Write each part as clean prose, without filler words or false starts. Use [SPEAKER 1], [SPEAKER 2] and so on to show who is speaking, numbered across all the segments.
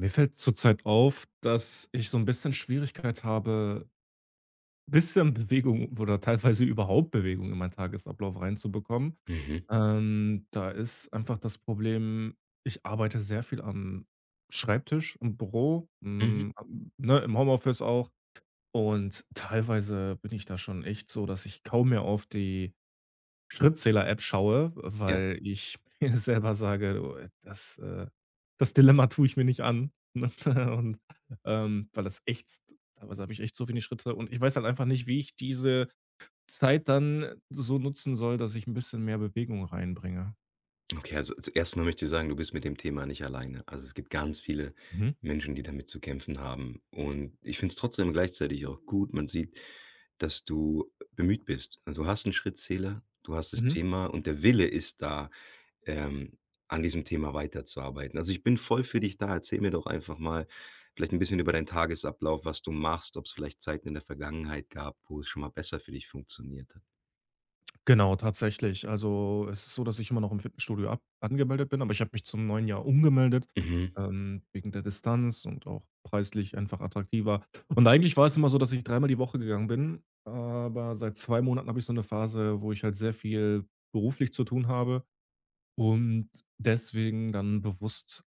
[SPEAKER 1] Mir fällt zurzeit auf, dass ich so ein bisschen Schwierigkeit habe, bisschen Bewegung oder teilweise überhaupt Bewegung in meinen Tagesablauf reinzubekommen.
[SPEAKER 2] Mhm,
[SPEAKER 1] Da ist einfach das Problem, ich arbeite sehr viel am Schreibtisch, im Büro,
[SPEAKER 2] mhm.
[SPEAKER 1] am ne, im Homeoffice auch. Und teilweise bin ich da schon echt so, dass ich kaum mehr auf die Schrittzähler-App schaue,
[SPEAKER 2] Ja,
[SPEAKER 1] weil ich mir selber sage: „Oh, das, das Dilemma tue ich mir nicht an“, ne? Und, weil das echt teilweise habe ich echt so wenig Schritte und ich weiß halt einfach nicht, wie ich diese Zeit dann so nutzen soll, dass ich ein bisschen mehr Bewegung reinbringe.
[SPEAKER 2] okay, also z erst möchte ich sagen, du bist mit dem Thema nicht alleine. Also, es gibt, mhm, ganz viele
[SPEAKER 1] Mhm.
[SPEAKER 2] Menschen, die damit zu kämpfen haben. Und ich finde es trotzdem gleichzeitig auch gut. Man sieht, dass du bemüht bist. Also, du hast einen Schrittzähler, du hast das
[SPEAKER 1] Mhm.
[SPEAKER 2] Thema und der Wille ist da, ähm, an diesem Thema weiterzuarbeiten. Also, ich bin voll für dich da. Erzähl mir doch einfach mal vielleicht ein bisschen über deinen Tagesablauf, was du machst, ob es vielleicht Zeiten in der Vergangenheit gab, wo es schon mal besser für dich funktioniert hat.
[SPEAKER 1] Genau, tatsächlich. Also, es ist so, dass ich immer noch im Fitnessstudio ab angemeldet bin, aber ich habe mich zum neuen Jahr umgemeldet,
[SPEAKER 2] Mhm,
[SPEAKER 1] wegen der Distanz und auch preislich einfach attraktiver. Und eigentlich war es immer so, dass ich dreimal die Woche gegangen bin, aber seit 2 Monaten habe ich so eine Phase, wo ich halt sehr viel beruflich zu tun habe und deswegen dann bewusst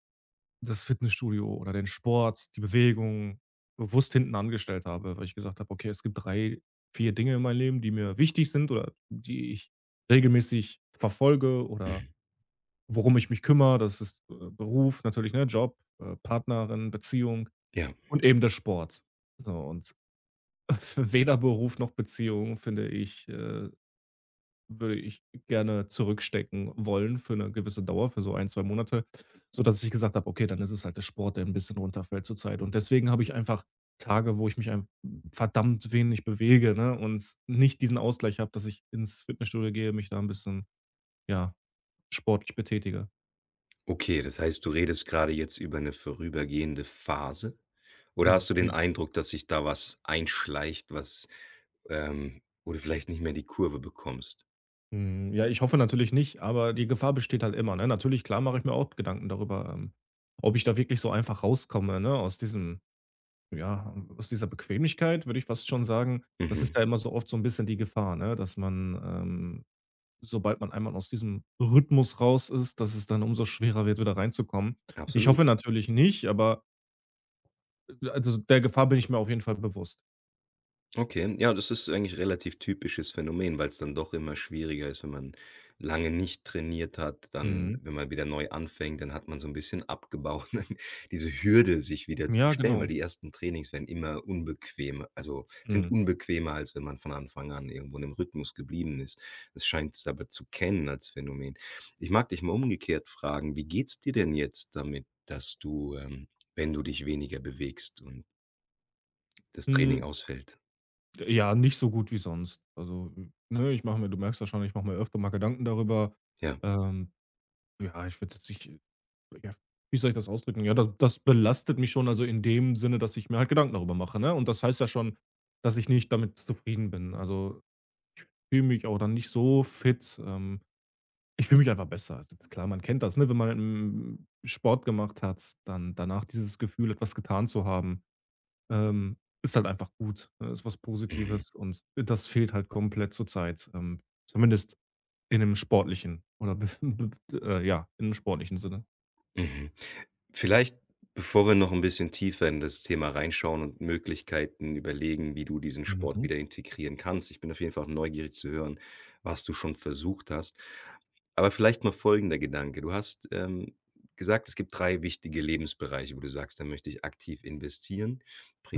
[SPEAKER 1] das Fitnessstudio oder den Sport, die Bewegung bewusst hinten angestellt habe, weil ich gesagt habe: „Okay, es gibt 3 4 Dinge in meinem Leben, die mir wichtig sind oder die ich regelmäßig verfolge oder
[SPEAKER 2] mhm.
[SPEAKER 1] worum ich mich kümmere.“ Das ist, Beruf natürlich, ne, Job, Partnerin, Beziehung
[SPEAKER 2] Ja.
[SPEAKER 1] und eben der Sport. So und weder Beruf noch Beziehung, finde ich, würde ich gerne zurückstecken wollen für eine gewisse Dauer, für so ein 2 Monate, sodass ich gesagt habe: „Okay, dann ist es halt der Sport, der ein bisschen runterfällt zurzeit.“ Und deswegen habe ich einfach Tage, wo ich mich ein verdammt wenig bewege, ne, und nicht diesen Ausgleich habe, dass ich ins Fitnessstudio gehe, mich da ein bisschen, ja, sportlich betätige.
[SPEAKER 2] Okay, das heißt, du redest gerade jetzt über eine vorübergehende Phase? Oder hast du den
[SPEAKER 1] Mhm.
[SPEAKER 2] Eindruck, dass sich da was einschleicht, was, wo du vielleicht nicht mehr die Kurve bekommst?
[SPEAKER 1] Hm, ja, ich hoffe natürlich nicht, aber die Gefahr besteht halt immer, ne? Natürlich, klar mache ich mir auch Gedanken darüber, ob ich da wirklich so einfach rauskomme, ne, aus diesem Ja, aus dieser Bequemlichkeit würde ich fast schon sagen, das ist
[SPEAKER 2] Mhm,
[SPEAKER 1] ja immer so oft so ein bisschen die Gefahr, ne, dass man, sobald man einmal aus diesem Rhythmus raus ist, dass es dann umso schwerer wird, wieder reinzukommen. Ich
[SPEAKER 2] absolut.
[SPEAKER 1] hoffe natürlich nicht, aber also, der Gefahr bin ich mir auf jeden Fall bewusst.
[SPEAKER 2] Okay, ja, das ist eigentlich relativ typisches Phänomen, weil es dann doch immer schwieriger ist, wenn man lange nicht trainiert hat, dann
[SPEAKER 1] Mhm.
[SPEAKER 2] wenn man wieder neu anfängt, dann hat man so ein bisschen abgebaut, diese Hürde, sich wieder zu
[SPEAKER 1] Ja,
[SPEAKER 2] stellen, weil
[SPEAKER 1] genau.
[SPEAKER 2] die ersten Trainings werden immer unbequem, also sind
[SPEAKER 1] Mhm.
[SPEAKER 2] unbequemer, als wenn man von Anfang an irgendwo in 'nem Rhythmus geblieben ist. Das scheint es aber zu kennen als Phänomen. Ich mag dich mal umgekehrt fragen, wie geht's dir denn jetzt damit, dass du, wenn du dich weniger bewegst und das Training
[SPEAKER 1] Hm,
[SPEAKER 2] ausfällt?
[SPEAKER 1] ja, nicht so gut wie sonst. Also, ne, ich mache mir du merkst ja schon, ich mache mir öfter mal Gedanken darüber,
[SPEAKER 2] Ja.
[SPEAKER 1] ähm Ja, ich würde jetzt nicht ja, wie soll ich das ausdrücken? Ja, da das belastet mich schon, also in dem Sinne, dass ich mir halt Gedanken darüber mache, ne? Und das heißt ja schon, dass ich nicht damit zufrieden bin. Also, fühle mich auch dann nicht so fit. Ich fühle mich einfach besser. Also, klar, man kennt das, ne? Wenn man, Sport gemacht hat, dann danach dieses Gefühl, etwas getan zu haben, ähm, ist halt einfach gut, ne? Ist was
[SPEAKER 2] Mhm.
[SPEAKER 1] Positives und das fehlt halt komplett zur Zeit, zumindest in 'nem sportlichen oder bef b ja, in 'nem sportlichen Sinne.
[SPEAKER 2] Mhm. Vielleicht, bevor wir noch ein bisschen tiefer in das Thema reinschauen und Möglichkeiten überlegen, wie du diesen Sport
[SPEAKER 1] Mhm.
[SPEAKER 2] wieder integrieren kannst. Ich bin auf jeden Fall auch neugierig zu hören, was du schon versucht hast. Aber vielleicht noch folgender Gedanke: Du hast, gesagt, es gibt 3 wichtige Lebensbereiche, wo du sagst: „Da möchte ich aktiv investieren“,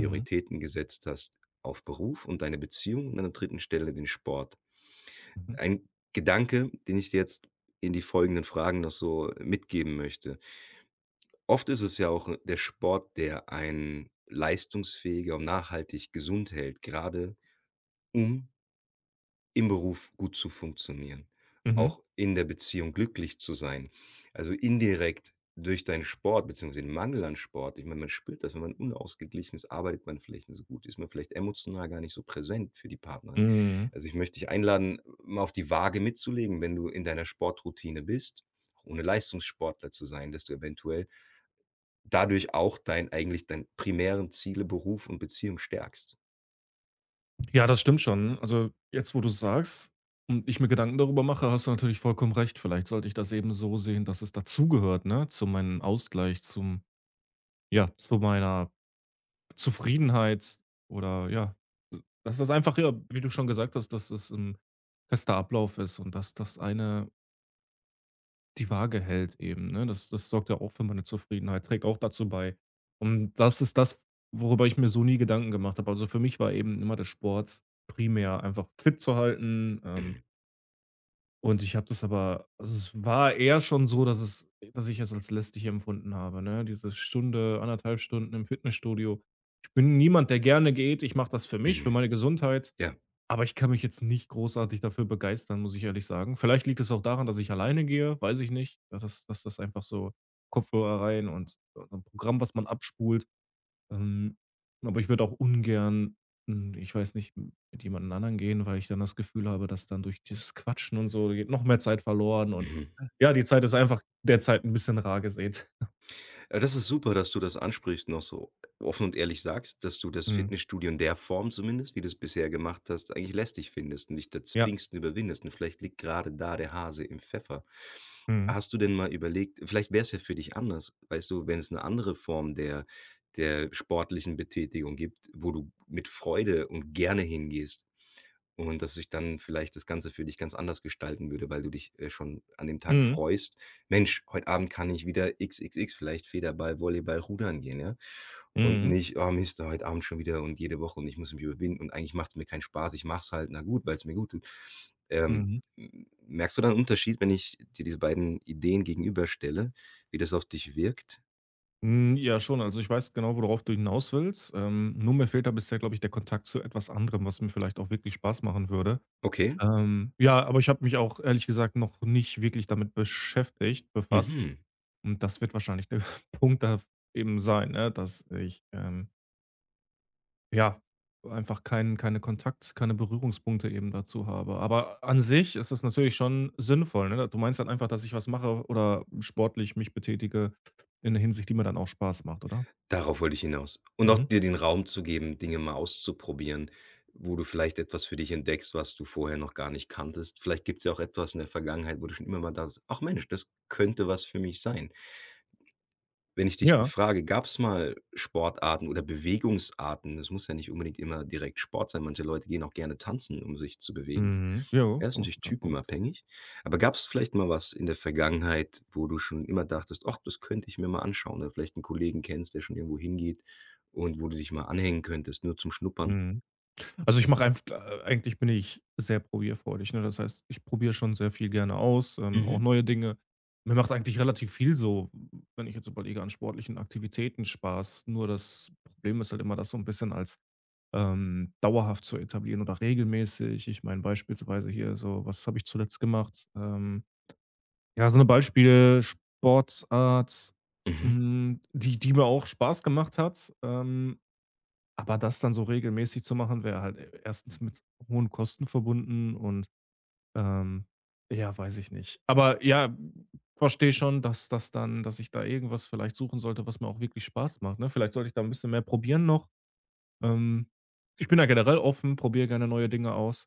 [SPEAKER 1] Mhm.
[SPEAKER 2] gesetzt hast auf Beruf und deine Beziehung und an der dritten Stelle den Sport.
[SPEAKER 1] Mhm.
[SPEAKER 2] Ein Gedanke, den ich dir jetzt in die folgenden Fragen noch so mitgeben möchte: Oft ist es ja auch der Sport, der einen leistungsfähiger und nachhaltig gesund hält, gerade um im Beruf gut zu funktionieren,
[SPEAKER 1] Mhm.
[SPEAKER 2] auch in der Beziehung glücklich zu sein. Also indirekt durch deinen Sport beziehungsweise den Mangel an Sport, ich meine, man spürt das, wenn man unausgeglichen ist, arbeitet man vielleicht nicht so gut, ist man vielleicht emotional gar nicht so präsent für die Partner.
[SPEAKER 1] Mhm.
[SPEAKER 2] Also ich möchte dich einladen, mal auf die Waage mitzulegen, wenn du in deiner Sportroutine bist, auch ohne Leistungssportler zu sein, dass du eventuell dadurch auch dein eigentlich deinen primären Ziele, Beruf und Beziehung stärkst.
[SPEAKER 1] Ja, das stimmt schon. Also jetzt, wo du es sagst und ich mir Gedanken darüber mache, hast du natürlich vollkommen recht. Vielleicht sollte ich das eben so sehen, dass es dazugehört, ne? Zu meinem Ausgleich, zum, ja, zu meiner Zufriedenheit oder ja, dass das einfach, ja, wie du schon gesagt hast, dass es ein fester Ablauf ist und dass das eine die Waage hält eben, ne? Das sorgt ja auch für meine Zufriedenheit, trägt auch dazu bei. Und das ist das, worüber ich mir so nie Gedanken gemacht habe. Also, für mich war eben immer der Sport primär einfach fit zu halten,
[SPEAKER 2] Mhm,
[SPEAKER 1] und ich habe das aber also, es war eher schon so, dass es dass ich es als lästig empfunden habe, ne? Diese Stunde, anderthalb Stunden im Fitnessstudio. Ich bin niemand, der gerne geht. Ich mache das für mich, für
[SPEAKER 2] mhm,
[SPEAKER 1] meine Gesundheit.
[SPEAKER 2] ja,
[SPEAKER 1] Aber ich kann mich jetzt nicht großartig dafür begeistern, muss ich ehrlich sagen. Vielleicht liegt es auch daran, dass ich alleine gehe, weiß ich nicht. Ja, das einfach so Kopfhörer rein und ein Programm, was man abspult. Ähm, aber ich würde auch ungern, ich weiß nicht, m mit jemandem anderen gehen, weil ich dann das Gefühl habe, dass dann durch dieses Quatschen und so geht noch mehr Zeit verloren und
[SPEAKER 2] mhm.
[SPEAKER 1] Ja. Ja, die Zeit ist einfach derzeit ein bisschen rar gesät.
[SPEAKER 2] Das ist super, dass du das ansprichst, noch so offen und ehrlich sagst, dass du das
[SPEAKER 1] Mhm.
[SPEAKER 2] Fitnessstudio in der Form zumindest, wie du's bisher gemacht hast, eigentlich lästig findest und dich da
[SPEAKER 1] Ja.
[SPEAKER 2] zwingst und überwindest und vielleicht liegt grade da der Hase im Pfeffer.
[SPEAKER 1] Mhm.
[SPEAKER 2] Hast du denn mal überlegt, vielleicht wär's ja für dich anders, weißt du, wenn's 'ne andere Form der sportlichen Betätigung gibt, wo du mit Freude und gerne hingehst. Und dass sich dann vielleicht das Ganze für dich ganz anders gestalten würde, weil du dich, schon an dem Tag
[SPEAKER 1] Mhm.
[SPEAKER 2] freust: „Mensch, heute Abend kann ich wieder XXX, vielleicht Federball, Volleyball, Rudern gehen“, ja? Und
[SPEAKER 1] Mhm.
[SPEAKER 2] nicht: „Oh Mist, heute Abend schon wieder und jede Woche und ich muss mich überwinden und eigentlich macht's mir keinen Spaß. Ich mache halt, na gut, weil's mir gut tut.“ Ähm,
[SPEAKER 1] Mhm.
[SPEAKER 2] m Merkst du da 'n Unterschied, wenn ich dir diese beiden Ideen gegenüberstelle, wie das auf dich wirkt?
[SPEAKER 1] Hm, ja schon. Also, ich weiß genau, worauf du hinaus willst. Nur mir fehlt da bisher, glaube ich, der Kontakt zu etwas anderem, was mir vielleicht auch wirklich Spaß machen würde.
[SPEAKER 2] Okay.
[SPEAKER 1] Ja, aber ich habe mich auch ehrlich gesagt noch nicht wirklich damit beschäftigt, befasst.
[SPEAKER 2] Mhm.
[SPEAKER 1] Und das wird wahrscheinlich der Punkt da eben sein, ne, dass ich, ja, einfach keinen keine Kontakt keine Berührungspunkte eben dazu habe. Aber an sich ist es natürlich schon sinnvoll, ne? Du meinst dann einfach, dass ich was mache oder sportlich mich betätige in der Hinsicht, die mir dann auch Spaß macht, oder?
[SPEAKER 2] Darauf wollte ich hinaus. Und
[SPEAKER 1] Mhm.
[SPEAKER 2] auch dir den Raum zu geben, Dinge mal auszuprobieren, wo du vielleicht etwas für dich entdeckst, was du vorher noch gar nicht kanntest. Vielleicht gibt es ja auch etwas in der Vergangenheit, wo du schon immer mal da „Ach Mensch, das könnte was für mich sein.“ Wenn ich dich so
[SPEAKER 1] Ja.
[SPEAKER 2] frage, gab es mal Sportarten oder Bewegungsarten? Es muss ja nicht unbedingt immer direkt Sport sein. Manche Leute gehen auch gerne tanzen, um sich zu bewegen.
[SPEAKER 1] Mhm. Ja,
[SPEAKER 2] Ja, ist
[SPEAKER 1] auch
[SPEAKER 2] natürlich
[SPEAKER 1] guter Punkt.
[SPEAKER 2] typenabhängig. Aber gab es vielleicht mal was in der Vergangenheit, wo du schon immer dachtest: „ach, das könnte ich mir mal anschauen“, oder vielleicht einen Kollegen kennst, der schon irgendwo hingeht und wo du dich mal anhängen könntest, nur zum Schnuppern?
[SPEAKER 1] Mhm. Also, ich mache einfach, eigentlich bin ich sehr probierfreudig, ne? Das heißt, ich probiere schon sehr viel gerne aus, auch
[SPEAKER 2] Mhm,
[SPEAKER 1] neue Dinge. Mir macht eigentlich relativ viel so, wenn ich jetzt überlege, an sportlichen Aktivitäten Spaß. Nur das Problem ist halt immer, das so ein bisschen als, dauerhaft zu etablieren oder regelmäßig. Ich meine beispielsweise hier so, was habe ich zuletzt gemacht? Ja, so 'ne Beispiele, sportart
[SPEAKER 2] mhm.
[SPEAKER 1] die mir auch Spaß gemacht hat, Aber das dann so regelmäßig zu machen, wäre halt e erstens mit hohen Kosten verbunden und, ähm, ja, weiß ich nicht. Aber ja, verstehe schon, dass das dann dass ich da irgendwas vielleicht suchen sollte, was mir auch wirklich Spaß macht, ne? Vielleicht sollte ich da ein bisschen mehr probieren noch. Ähm, ich bin da generell offen, probiere gerne neue Dinge aus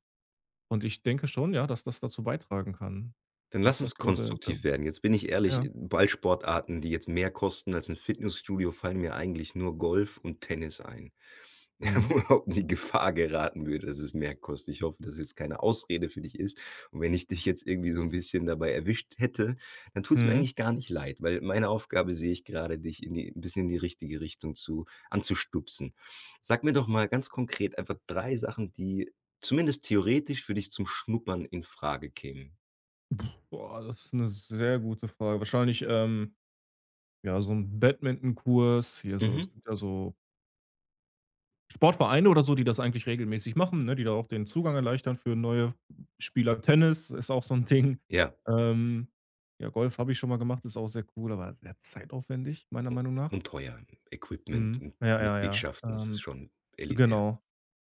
[SPEAKER 1] und ich denke schon, ja, dass das dazu beitragen kann.
[SPEAKER 2] Dann
[SPEAKER 1] Dass
[SPEAKER 2] lass
[SPEAKER 1] das
[SPEAKER 2] uns
[SPEAKER 1] so der der
[SPEAKER 2] konstruktiv werden. Jetzt bin ich
[SPEAKER 1] Ja.
[SPEAKER 2] ehrlich, Ballsportarten, die jetzt mehr kosten als ein Fitnessstudio, fallen mir eigentlich nur Golf und Tennis ein.
[SPEAKER 1] Mhm.
[SPEAKER 2] überhaupt in die Gefahr geraten würde, dass es mehr kostet. Ich hoffe, dass es jetzt keine Ausrede für dich ist. Und wenn ich dich jetzt irgendwie so ein bisschen dabei erwischt hätte, dann tut es mir
[SPEAKER 1] Mhm.
[SPEAKER 2] eigentlich gar nicht leid, weil meine Aufgabe sehe ich gerade, dich in die 'n bisschen in die richtige Richtung zu anzustupsen. Sag mir doch mal ganz konkret einfach 3 Sachen, die zumindest theoretisch für dich zum Schnuppern in Frage kämen.
[SPEAKER 1] Boah, das ist eine sehr gute Frage. Wahrscheinlich, ja, so 'n Badmintonkurs hier so es
[SPEAKER 2] Mhm.
[SPEAKER 1] gibt ja so Sportvereine oder so, die das eigentlich regelmäßig machen, ne, die da auch den Zugang erleichtern für neue Spieler. Tennis ist auch so 'n Ding.
[SPEAKER 2] Ja,
[SPEAKER 1] Ähm, ja, Golf habe ich schon mal gemacht, ist auch sehr cool, aber sehr zeitaufwendig, meiner Meinung nach.
[SPEAKER 2] und teuer. Equipment
[SPEAKER 1] Mhm.
[SPEAKER 2] und
[SPEAKER 1] Ja, ja, ja.
[SPEAKER 2] Mitgliedschaften, das ist schon elitär.
[SPEAKER 1] Genau.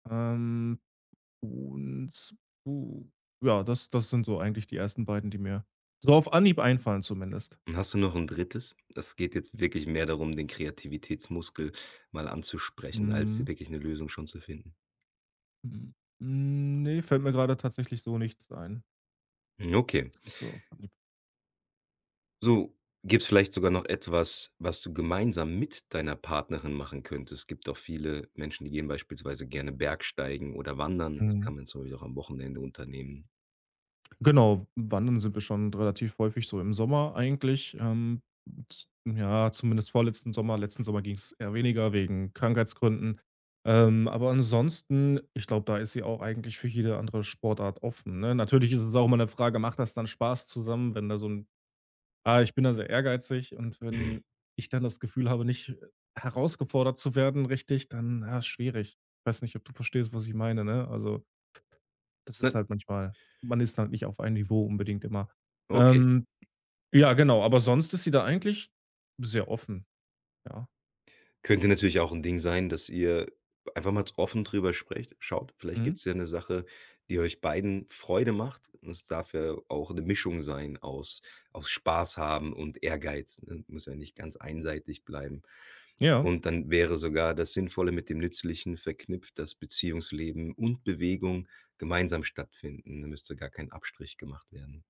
[SPEAKER 1] Ähm, und, puh, ja, das sind so eigentlich die ersten beiden, die mir so auf Anhieb einfallen zumindest.
[SPEAKER 2] Und hast du noch ein Drittes? Es geht jetzt wirklich mehr darum, den Kreativitätsmuskel mal anzusprechen, als
[SPEAKER 1] Mhm.
[SPEAKER 2] wirklich eine Lösung schon zu finden.
[SPEAKER 1] Mhm. Hm, ne, fällt mir grade tatsächlich so nichts ein.
[SPEAKER 2] Hm, okay.
[SPEAKER 1] So auf Anhieb.
[SPEAKER 2] So, gibt es vielleicht sogar noch etwas, was du gemeinsam mit deiner Partnerin machen könntest? Es gibt auch viele Menschen, die gehen beispielsweise gerne Bergsteigen oder wandern. Das
[SPEAKER 1] Mhm.
[SPEAKER 2] kann man zum Beispiel auch am Wochenende unternehmen.
[SPEAKER 1] Genau, wandern sind wir schon relativ häufig so im Sommer eigentlich. Z ja, zumindest vorletzten Sommer. Letzten Sommer ging es eher weniger wegen Krankheitsgründen. Aber ansonsten, ich glaube, da ist sie auch eigentlich für jede andere Sportart offen, ne? Natürlich ist es auch immer eine Frage, macht das dann Spaß zusammen, wenn da so ein ich bin da sehr ehrgeizig und wenn ich dann das Gefühl habe, nicht herausgefordert zu werden richtig, dann, ja, schwierig. Ich weiß nicht, ob du verstehst, was ich meine, ne? Also das
[SPEAKER 2] Na,
[SPEAKER 1] ist halt manchmal man ist halt nicht auf einem Niveau unbedingt immer.
[SPEAKER 2] okay.
[SPEAKER 1] Ähm, ja, genau, aber sonst ist sie da eigentlich sehr offen, ja.
[SPEAKER 2] Könnte natürlich auch 'n Ding sein, dass ihr einfach mal offen drüber sprecht. Schaut, vielleicht
[SPEAKER 1] Mhm.
[SPEAKER 2] gibt's ja 'ne Sache, die euch beiden Freude macht. Und es darf ja auch 'ne Mischung sein aus Spaß haben und Ehrgeiz, ne? Muss ja nicht ganz einseitig bleiben.
[SPEAKER 1] Ja,
[SPEAKER 2] Und dann wäre sogar das Sinnvolle mit dem Nützlichen verknüpft, dass Beziehungsleben und Bewegung gemeinsam stattfinden. Da müsste gar kein Abstrich gemacht werden.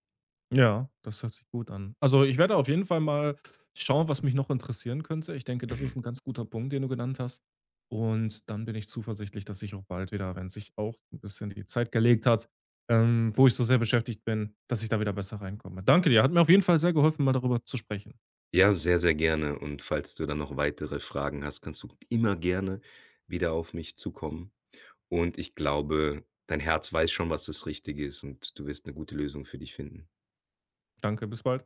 [SPEAKER 1] ja, das hört sich gut an. Also, ich werde auf jeden Fall mal schauen, was mich noch interessieren könnte. Ich denke, das ist
[SPEAKER 2] Mhm.
[SPEAKER 1] ein ganz guter Punkt, den du genannt hast. Und dann bin ich zuversichtlich, dass ich auch bald wieder, wenn sich auch ein bisschen die Zeit gelegt hat, wo ich so sehr beschäftigt bin, dass ich da wieder besser reinkomme. Danke dir, hat mir auf jeden Fall sehr geholfen, mal darüber zu sprechen.
[SPEAKER 2] Ja, sehr, sehr gerne. Und falls du dann noch weitere Fragen hast, kannst du immer gerne wieder auf mich zukommen. Und ich glaube, dein Herz weiß schon, was das Richtige ist und du wirst eine gute Lösung für dich finden.
[SPEAKER 1] Danke, bis bald.